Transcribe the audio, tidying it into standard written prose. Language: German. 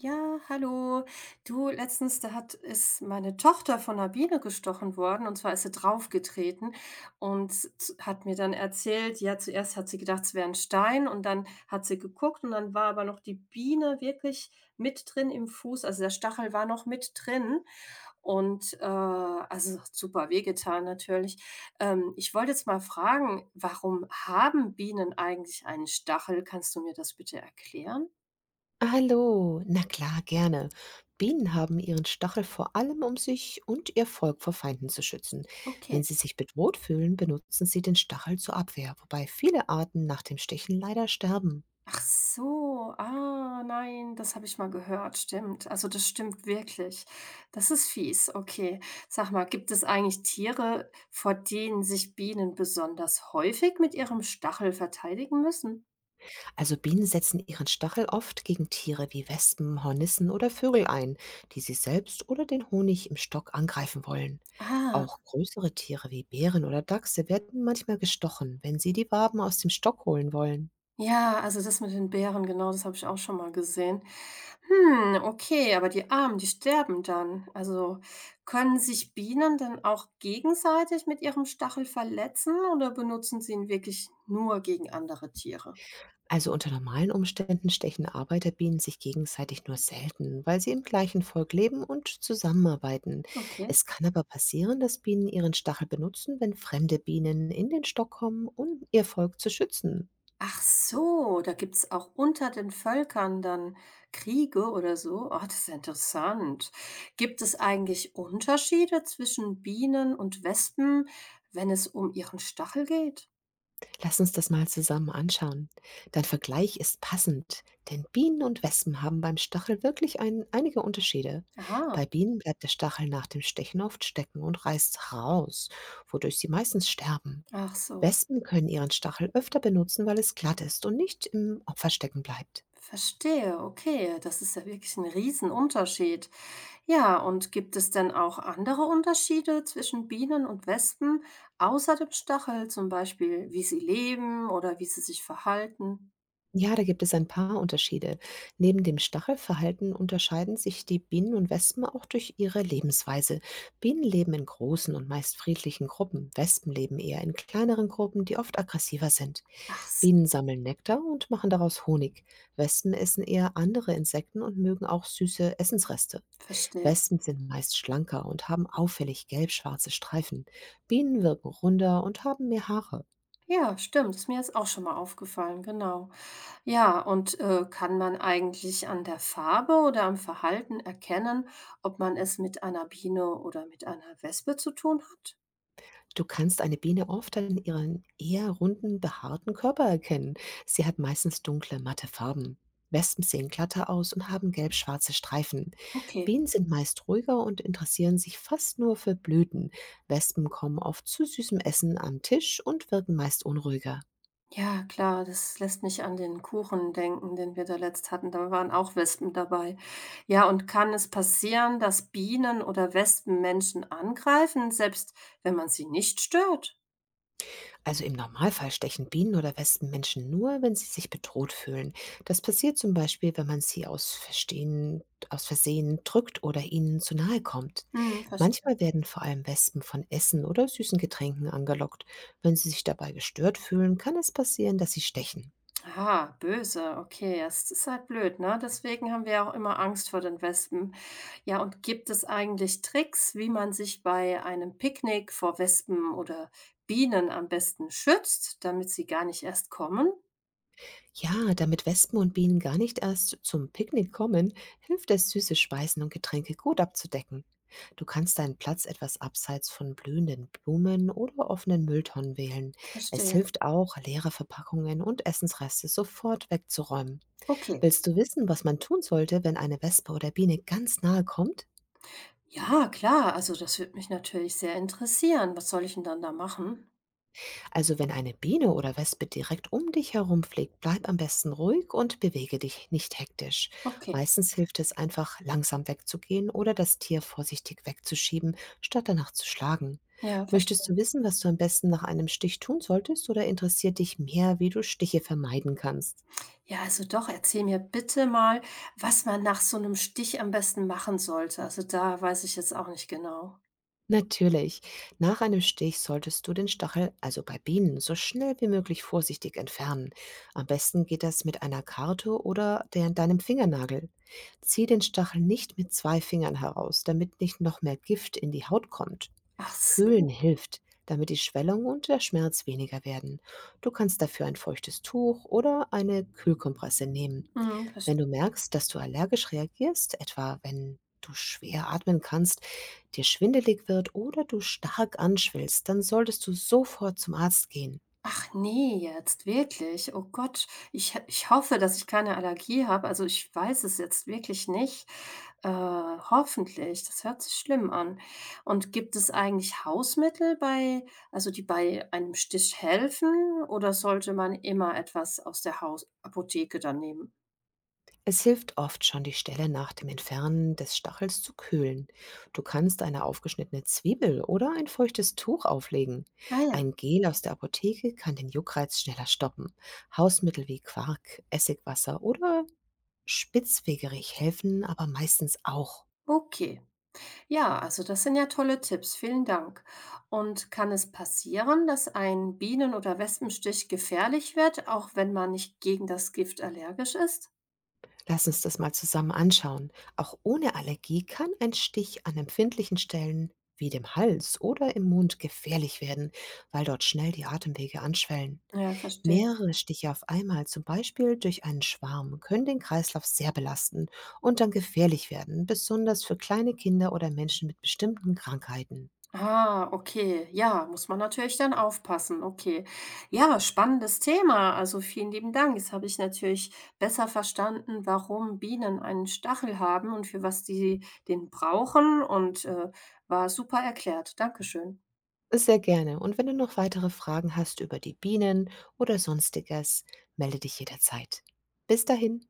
Ja, hallo. Du, letztens, da hat ist meine Tochter von einer Biene gestochen worden und zwar ist sie draufgetreten und z hat mir dann erzählt, ja, zuerst hat sie gedacht, es wäre ein Stein und dann hat sie geguckt und dann war aber noch die Biene wirklich mit drin im Fuß, also der Stachel war noch mit drin und also hat super wehgetan natürlich. Ich wollte jetzt mal fragen, warum haben Bienen eigentlich einen Stachel? Kannst du mir das bitte erklären? Hallo, na klar, gerne. Bienen haben ihren Stachel vor allem, um sich und ihr Volk vor Feinden zu schützen. Wenn Okay. sie sich bedroht fühlen, benutzen sie den Stachel zur Abwehr, wobei viele Arten nach dem Stechen leider sterben. Ach so, ah, nein, das habe ich mal gehört, stimmt. Also das stimmt wirklich. Das ist fies, okay. Sag mal, gibt es eigentlich Tiere, vor denen sich Bienen besonders häufig mit ihrem Stachel verteidigen müssen? Also Bienen setzen ihren Stachel oft gegen Tiere wie Wespen, Hornissen oder Vögel ein, die sie selbst oder den Honig im Stock angreifen wollen. Ah, Auch größere Tiere wie Bären oder Dachse werden manchmal gestochen, wenn sie die Waben aus dem Stock holen wollen. ja, also das mit den Bären, genau, das habe ich auch schon mal gesehen. Hm, okay, aber die Armen, die sterben dann. Also können sich Bienen dann auch gegenseitig mit ihrem Stachel verletzen oder benutzen sie ihn wirklich nur gegen andere Tiere? Also unter normalen Umständen stechen Arbeiterbienen sich gegenseitig nur selten, weil sie im gleichen Volk leben und zusammenarbeiten. Okay. Es kann aber passieren, dass Bienen ihren Stachel benutzen, wenn fremde Bienen in den Stock kommen, um ihr Volk zu schützen. Ach so, da gibt es auch unter den Völkern dann Kriege oder so. Oh, das ist ja interessant. Gibt es eigentlich Unterschiede zwischen Bienen und Wespen, wenn es um ihren Stachel geht? Lass uns das mal zusammen anschauen. Dein Vergleich ist passend, denn Bienen und Wespen haben beim Stachel wirklich einige Unterschiede. Aha, Bei Bienen bleibt der Stachel nach dem Stechen oft stecken und reißt raus, wodurch sie meistens sterben. ach so. Wespen können ihren Stachel öfter benutzen, weil es glatt ist und nicht im Opfer stecken bleibt. Verstehe, okay, das ist ja wirklich ein Riesenunterschied. Ja, und gibt es denn auch andere Unterschiede zwischen Bienen und Wespen, außer dem Stachel, zum Beispiel, wie sie leben oder wie sie sich verhalten? Ja, da gibt es ein paar Unterschiede. Neben dem Stachelverhalten unterscheiden sich die Bienen und Wespen auch durch ihre Lebensweise. Bienen leben in großen und meist friedlichen Gruppen. Wespen leben eher in kleineren Gruppen, die oft aggressiver sind. Ach, s- Bienen sammeln Nektar und machen daraus Honig. Wespen essen eher andere Insekten und mögen auch süße Essensreste. Verstehe. Wespen sind meist schlanker und haben auffällig gelb-schwarze Streifen. Bienen wirken runder und haben mehr Haare. Ja, stimmt, ist mir jetzt auch schon mal aufgefallen, genau. Ja, und kann man eigentlich an der Farbe oder am Verhalten erkennen, ob man es mit einer Biene oder mit einer Wespe zu tun hat? Du kannst eine Biene oft an ihrem eher runden, behaarten Körper erkennen. Sie hat meistens dunkle, matte Farben. Wespen sehen glatter aus und haben gelb-schwarze Streifen. Okay, Bienen sind meist ruhiger und interessieren sich fast nur für Blüten. Wespen kommen oft zu süßem Essen am Tisch und wirken meist unruhiger. ja, klar, das lässt mich an den Kuchen denken, den wir da letzt hatten. Da waren auch Wespen dabei. Ja, und kann es passieren, dass Bienen oder Wespen Menschen angreifen, selbst wenn man sie nicht stört? Also im Normalfall stechen Bienen oder Wespen Menschen nur, wenn sie sich bedroht fühlen. Das passiert zum Beispiel, wenn man sie aus Versehen drückt oder ihnen zu nahe kommt. Hm, verstehe. Manchmal werden vor allem Wespen von Essen oder süßen Getränken angelockt. Wenn sie sich dabei gestört fühlen, kann es passieren, dass sie stechen. Aha, böse, okay. Ja, es ist halt blöd, ne? Deswegen haben wir ja auch immer Angst vor den Wespen. Ja, und gibt es eigentlich Tricks, wie man sich bei einem Picknick vor Wespen oder Bienen am besten schützt, damit sie gar nicht erst kommen? Ja, damit Wespen und Bienen gar nicht erst zum Picknick kommen, hilft es, süße Speisen und Getränke gut abzudecken. Du kannst deinen Platz etwas abseits von blühenden Blumen oder offenen Mülltonnen wählen. Es Verstehe. hilft auch, leere Verpackungen und Essensreste sofort wegzuräumen. Okay. Willst du wissen, was man tun sollte, wenn eine Wespe oder Biene ganz nahe kommt? Ja, klar. Also das würde mich natürlich sehr interessieren. Was soll ich denn dann da machen? Also wenn eine Biene oder Wespe direkt um dich herum fliegt, bleib am besten ruhig und bewege dich nicht hektisch. Okay. Meistens hilft es einfach, langsam wegzugehen oder das Tier vorsichtig wegzuschieben, statt danach zu schlagen. Ja, Möchtest du verstehe. wissen, was du am besten nach einem Stich tun solltest oder interessiert dich mehr, wie du Stiche vermeiden kannst? Ja, also doch, erzähl mir bitte mal, was man nach so einem Stich am besten machen sollte. Also da weiß ich jetzt auch nicht genau. Natürlich. Nach einem Stich solltest du den Stachel, also bei Bienen, so schnell wie möglich vorsichtig entfernen. Am besten geht das mit einer Karte oder deinem Fingernagel. Zieh den Stachel nicht mit 2 Fingern heraus, damit nicht noch mehr Gift in die Haut kommt. Ach so. Kühlen hilft, damit die Schwellung und der Schmerz weniger werden. Du kannst dafür ein feuchtes Tuch oder eine Kühlkompresse nehmen. Mhm, Wenn du verstehe. merkst, dass du allergisch reagierst, etwa wenn du schwer atmen kannst, dir schwindelig wird oder du stark anschwillst, dann solltest du sofort zum Arzt gehen. Ach nee, jetzt wirklich? Oh Gott, ich hoffe, dass ich keine Allergie habe. Also, ich weiß es jetzt wirklich nicht. Hoffentlich, das hört sich schlimm an. Und gibt es eigentlich Hausmittel bei die bei einem Stich helfen oder sollte man immer etwas aus der Hausapotheke dann nehmen? Es hilft oft schon, die Stelle nach dem Entfernen des Stachels zu kühlen. Du kannst eine aufgeschnittene Zwiebel oder ein feuchtes Tuch auflegen. Ah ja, Ein Gel aus der Apotheke kann den Juckreiz schneller stoppen. Hausmittel wie Quark, Essigwasser oder Spitzwegerich helfen aber meistens auch. okay. Ja, also das sind ja tolle Tipps, vielen Dank. Und kann es passieren, dass ein Bienen- oder Wespenstich gefährlich wird, auch wenn man nicht gegen das Gift allergisch ist? Lass uns das mal zusammen anschauen. Auch ohne Allergie kann ein Stich an empfindlichen Stellen wie dem Hals oder im Mund gefährlich werden, weil dort schnell die Atemwege anschwellen. Ja, verstehe. Mehrere Stiche auf einmal, zum Beispiel durch einen Schwarm, können den Kreislauf sehr belasten und dann gefährlich werden, besonders für kleine Kinder oder Menschen mit bestimmten Krankheiten. Ah, okay. Ja, muss man natürlich dann aufpassen. Okay. Ja, spannendes Thema. Also vielen lieben Dank. Jetzt habe ich natürlich besser verstanden, warum Bienen einen Stachel haben und für was die den brauchen und war super erklärt. Dankeschön. Sehr gerne. Und wenn du noch weitere Fragen hast über die Bienen oder sonstiges, melde dich jederzeit. Bis dahin.